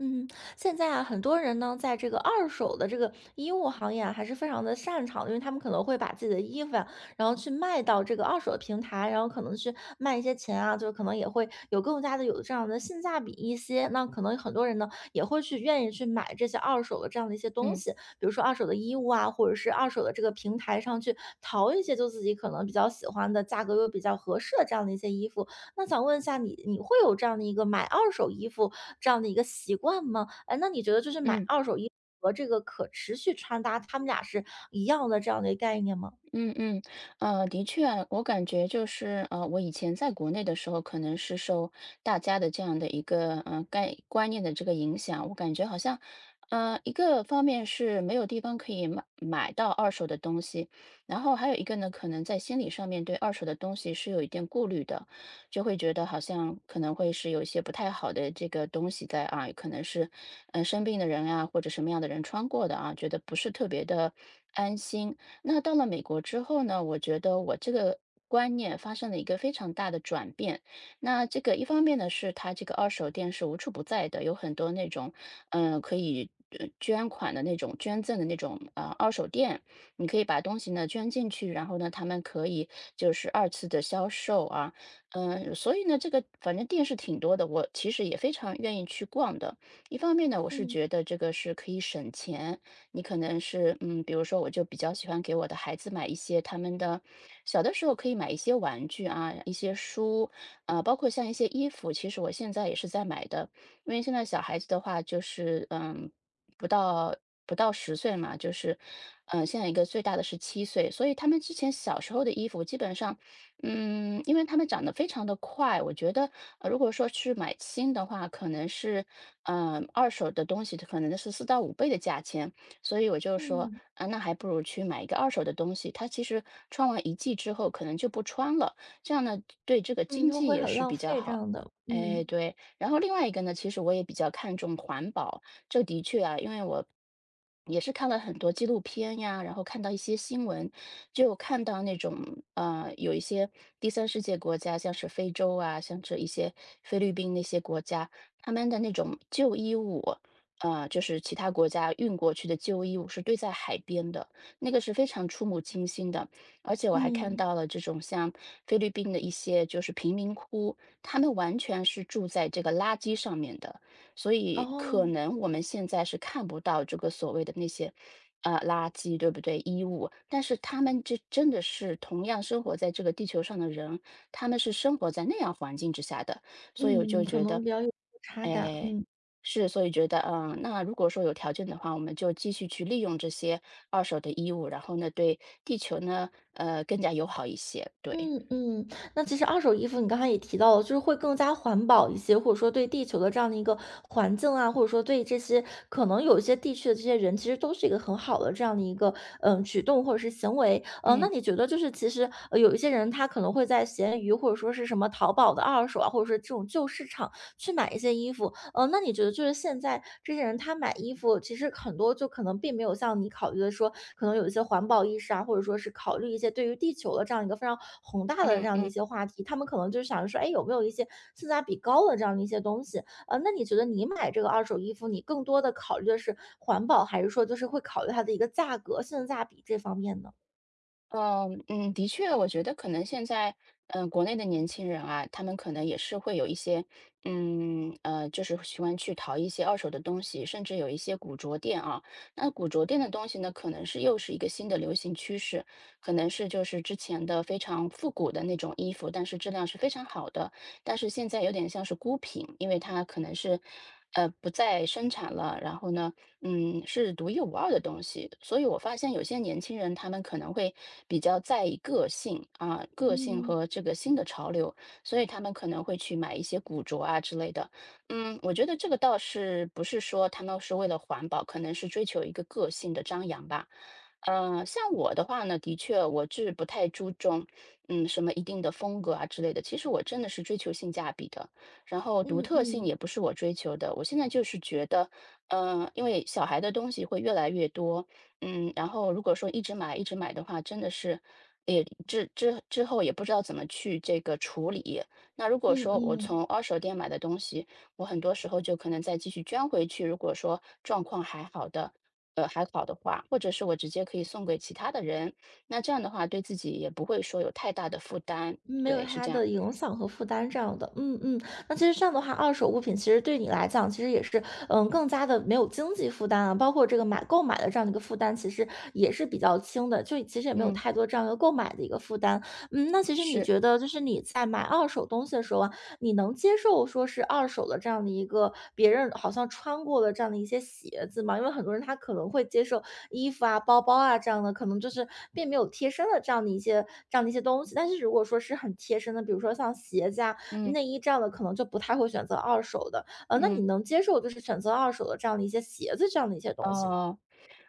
嗯，现在啊，很多人呢，在这个二手的这个衣物行业啊，还是非常的擅长的，因为他们可能会把自己的衣服啊，然后去卖到这个二手的平台，然后可能去卖一些钱啊，就可能也会有更加的有这样的性价比一些。那可能很多人呢，也会去愿意去买这些二手的这样的一些东嗯西，比如说二手的衣物啊，或者是二手的这个平台上去淘一些就自己可能比较喜欢的，价格又比较合适的这样的一些衣服，那想问一下你，你会有这样的一个买二手衣服这样的一个习惯吗？哎，那你觉得就是买嗯二手衣服和这个可持续穿搭，它们俩是一样的这样的一个概念吗？嗯嗯，的确啊，我感觉就是，我以前在国内的时候，可能是受大家的这样的一个概观念的这个影响，我感觉好像，一个方面是没有地方可以买到二手的东西，然后还有一个呢，可能在心理上面对二手的东西是有一点顾虑的，就会觉得好像可能会是有一些不太好的这个东西在啊，可能是生病的人啊，或者什么样的人穿过的啊，觉得不是特别的安心。那到了美国之后呢，我觉得我这个观念发生了一个非常大的转变。那这个一方面呢，是它这个二手店是无处不在的，有很多那种，可以捐款的那种、捐赠的那种二手店，你可以把东西呢捐进去，然后呢，他们可以就是二次的销售啊，所以呢，这个反正店是挺多的，我其实也非常愿意去逛的。一方面呢，我是嗯觉得这个是可以省钱，你可能是比如说我就比较喜欢给我的孩子买一些他们的小的时候可以买一些玩具啊，一些书，包括像一些衣服，其实我现在也是在买的，因为现在小孩子的话就是不到10岁嘛，就是现在一个最大的是7岁，所以他们之前小时候的衣服基本上。嗯，因为他们长得非常的快，我觉得，如果说去买新的话，可能是，二手的东西可能是4到5倍的价钱。所以我就说，嗯啊，那还不如去买一个二手的东西，它其实穿完一季之后可能就不穿了，这样呢，对这个嗯，经就济会也很是浪比较费这好。样的，哎，嗯。对。然后另外一个呢，其实我也比较看重环保，这的确啊，因为我也是看了很多纪录片呀，然后看到一些新闻，就看到那种有一些第三世界国家，像是非洲啊，像这一些菲律宾那些国家，他们的那种旧衣物，就是其他国家运过去的旧衣物是堆在海边的，那个是非常触目惊心的。而且我还看嗯，到了这种像菲律宾的一些就是贫民窟，他们完全是住在这个垃圾上面的，所以可哦，能我们现在是看不到这个所谓的那些。垃圾对不对？衣物，但是他们这真的是同样生活在这个地球上的人，他们是生活在那样环境之下的。所以我就嗯，可觉得，能比较有落差感，哎，嗯。是，所以觉得，那如果说有条件的话，我们就继续去利用这些二手的衣物，然后呢，对地球呢，更加友好一些。对，嗯嗯，那其实二手衣服你刚才也提到了，就是会更加环保一些，或者说对地球的这样的一个环境啊，或者说对这些可能有一些地区的这些人，其实都是一个很好的这样的一个嗯举动或者是行为。那嗯你觉得就是其实有一些人他可能会在闲鱼或者说是什么淘宝的二手啊，或者说这种旧市场去买一些衣服，那你觉得就是现在这些人他买衣服，其实很多就可能并没有像你考虑的说，可能有一些环保意识啊，或者说是考虑一些对于地球的这样一个非常宏大的嗯这样的一嗯。些话题，他们可能就是想着说，哎，有没有一些性价比高的这样的一些东西？那你觉得你买这个二手衣服，你更多的考虑的是环保，还是说就是会考虑它的一个价格、性价比这方面呢？嗯，的确，我觉得可能现在，国内的年轻人啊，他们可能也是会有一些，就是喜欢去淘一些二手的东西，甚至有一些古着店啊。那古着店的东西呢，可能是又是一个新的流行趋势，可能是就是之前的非常复古的那种衣服，但是质量是非常好的，但是现在有点像是孤品，因为它可能是，不再生产了，然后呢。嗯，是独一无二的东西。所以我发现有些年轻人，他们可能会比较在意个性啊，个性和这个新的潮流，所以他们可能会去买一些古着啊之类的。我觉得这个倒是不是说他们是为了环保，可能是追求一个个性的张扬吧。像我的话呢，的确我是不太注重，什么一定的风格啊之类的。其实我真的是追求性价比的，然后独嗯嗯特性也嗯不是我追求的。我现在就是觉得。因为小孩的东西会越来越多，然后如果说一直买一直买的话，真的是也之后也不知道怎么去这个处理。那如果嗯嗯说我嗯。从二手店买的东西，我很多时候就可能再继续捐回去，如果说状况还好的，还好的话，或者是我直接可以送给其他的人，那这样的话对自己也不会说有太大的负担。没有对，是它这样。的影响和负担这样的，嗯嗯，那其实这样的话，二手物品其实对你来讲，其实也是，嗯，更加的没有经济负担啊，包括这个买购买的这样的一个负担，其实也是比较轻的，就其实也没有嗯，太多这样一个购买的一个负担。嗯，那其实你是，觉得就是你在买二手东西的时候啊，你能接受说是二手的这样的一个别人好像穿过的这样的一些鞋子吗？因为很多人他可能会接受衣服啊、包包啊这样的，可能就是并没有贴身的这样的一些东西。但是如果说是很贴身的，比如说像鞋子啊、嗯内衣这样的，可能就不太会选择二手的。那你嗯，能接受就是选择二手的这样的一些鞋子这样的一些东西吗？哦。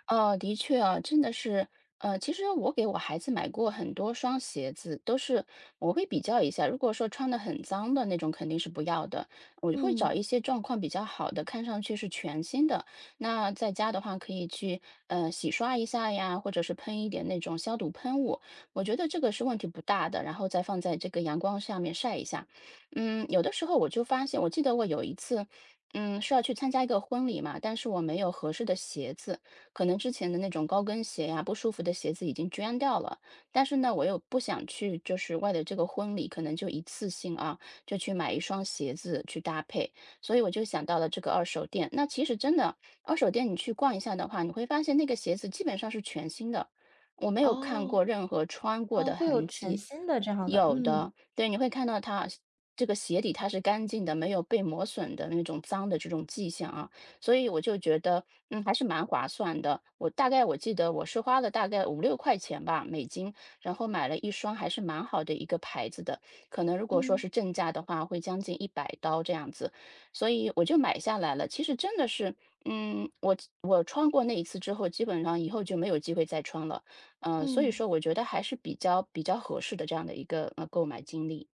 哦，的确啊，真的是，其实我给我孩子买过很多双鞋子，都是我会比较一下，如果说穿的很脏的那种肯定是不要的，我就会找一嗯，些状况比较好的，看上去是全新的。那在家的话，可以去洗刷一下呀，或者是喷一点那种消毒喷雾，我觉得这个是问题不大的，然后再放在这个阳光下面晒一下。有的时候我就发现，我记得我有一次。是要去参加一个婚礼嘛，但是我没有合适的鞋子，可能之前的那种高跟鞋呀、不舒服的鞋子已经捐掉了，但是呢，我又不想去，就是为了这个婚礼，可能就一次性啊，就去买一双鞋子去搭配，所以我就想到了这个二手店。那其实真的，二手店你去逛一下的话，你会发现那个鞋子基本上是全新的，我没有看哦，过任何穿过哦，的会有痕全迹。新的这样的，有嗯的，对，你会看到它这个鞋底它是干净的，没有被磨损的那种脏的这种迹象啊。所以我就觉得，嗯，还是蛮划算的。我大概我记得我是花了大概5、6块钱吧，美金，然后买了一双还是蛮好的一个牌子的，可能如果说嗯是正价的话，会将近100刀这样子，所以我就买下来了。其实真的是，嗯，我我穿过那一次之后，基本上以后就没有机会再穿了。所以嗯。说我觉得还是比较合适的这样的一个购买经历。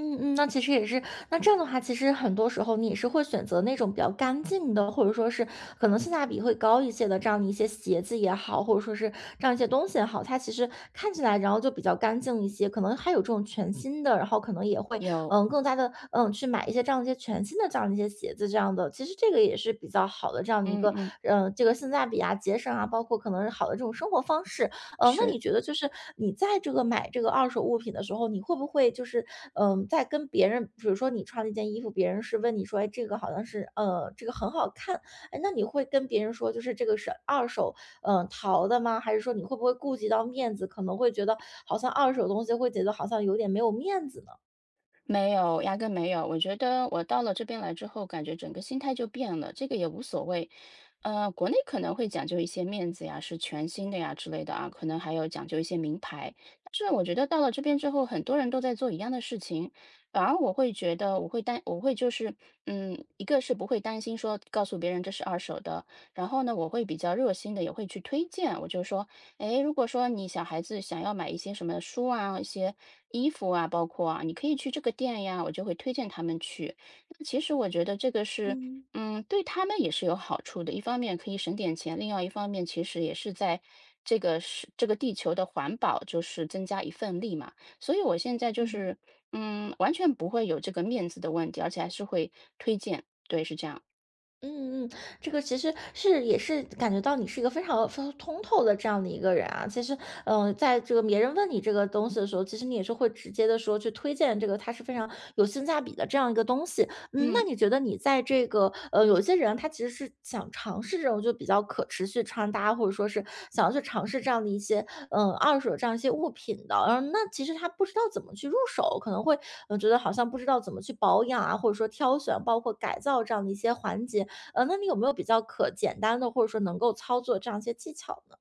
嗯嗯，那其实也是，那这样的话，其实很多时候你也是会选择那种比较干净的，或者说是可能性价比会高一些的这样的一些鞋子也好，或者说是这样一些东西也好，它其实看起来然后就比较干净一些，可能还有这种全新的，然后可能也会有，嗯更加的嗯去买一些这样一些全新的这样的一些鞋子这样的，其实这个也是比较好的这样的一嗯个嗯，嗯这个性价比啊节省啊，包括可能是好的这种生活方式，那是。你觉得就是你在这个买这个二手物品的时候，你会不会就是，嗯，在跟别人，比如说你穿了一件衣服，别人是问你说，哎，这个好像是，这个很好看，哎，那你会跟别人说，就是这个是二手，淘的吗？还是说你会不会顾及到面子，可能会觉得好像二手东西会觉得好像有点没有面子呢？没有，压根没有。我觉得我到了这边来之后，感觉整个心态就变了，这个也无所谓。国内可能会讲究一些面子呀，是全新的呀之类的啊，可能还有讲究一些名牌。但是我觉得到了这边之后，很多人都在做一样的事情，反而我会觉得我会担，我会就是，一个是不会担心说告诉别人这是二手的，然后呢，我会比较热心的也会去推荐，我就说，诶，如果说你小孩子想要买一些什么书啊、一些衣服啊，包括啊，你可以去这个店呀，我就会推荐他们去。那其实我觉得这个是，嗯对他们也是有好处的。一方面可以省点钱，另外一方面其实也是在这个是这个地球的环保，就是增加一份力嘛。所以我现在就嗯。是，完全不会有这个面子的问题，而且还是会推荐。对，是这样。嗯嗯，这个其实是也是感觉到你是一个非常非常通透的这样的一个人啊。其实，嗯、在这个别人问你这个东西的时候，其实你也是会直接的说去推荐这个，它是非常有性价比的这样一个东西。嗯，那嗯。你觉得你在这个有些人他其实是想尝试这种就比较可持续穿搭，或者说是想要去尝试这样的一些嗯二手这样一些物品的，然后那其实他不知道怎么去入手，可能会嗯觉得好像不知道怎么去保养啊，或者说挑选包括改造这样的一些环节。那你有没有比较可简单的，或者说能够操作这样一些技巧呢？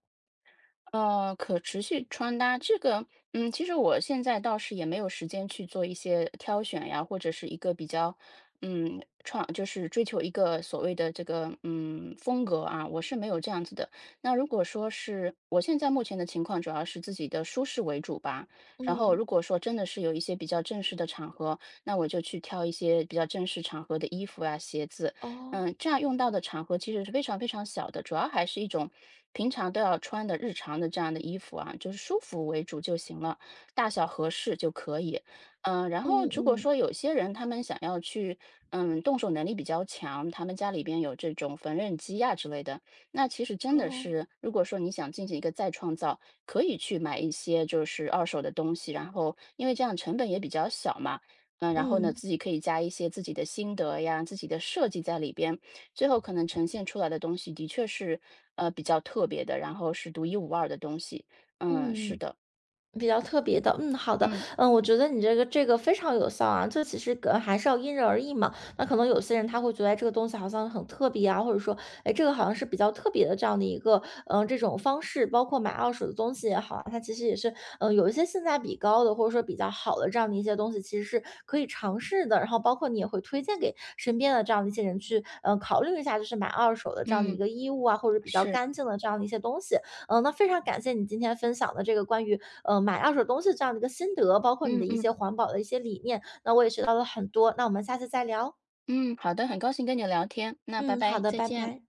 可持续穿搭这个，其实我现在倒是也没有时间去做一些挑选呀，或者是一个比较，就是追求一个所谓的这个，风格啊，我是没有这样子的。那如果说是我现在目前的情况，主要是自己的舒适为主吧。然后如嗯，果说真的是有一些比较正式的场合，那我就去挑一些比较正式场合的衣服啊、鞋子。哦，这样用到的场合其实是非常非常小的，主要还是一种平常都要穿的日常的这样的衣服啊，就是舒服为主就行了，大小合适就可以。然后嗯如果嗯，说有些人他们想要去，动手能力比较强，他们家里边有这种缝纫机呀、之类的，那其实真的哦，是，如果说你想进行一个再创造，可以去买一些就是二手的东西，然后因为这样成本也比较小嘛，然后呢，嗯自己可以加一些自己的心得呀、自己的设计在里边，最后可能呈现出来的东西的确是比较特别的，然后是独一无二的东西。嗯，是嗯。的，比较特别的，嗯，好的，嗯嗯，我觉得你这个非常有效啊，这其实还是要因人而异嘛。那可能有些人他会觉得哎这个东西好像很特别啊，或者说，哎，这个好像是比较特别的这样的一个，嗯、这种方式，包括买二手的东西也好啊，它其实也是，嗯、有一些性价比高的，或者说比较好的这样的一些东西，其实是可以尝试的。然后包括你也会推荐给身边的这样的一些人去，嗯、考虑一下，就是买二手的这样的一嗯个衣物啊，或者比较是，干净的这样的一些东西。嗯，那非常感谢你今天分享的这个关于买二手东西这样的一个心得，包括你嗯的一嗯些环保的一些理念，那我也学到了很多。那我们下次再聊。嗯，好的，很高兴跟你聊天，那拜嗯，好拜，的，再拜见。拜。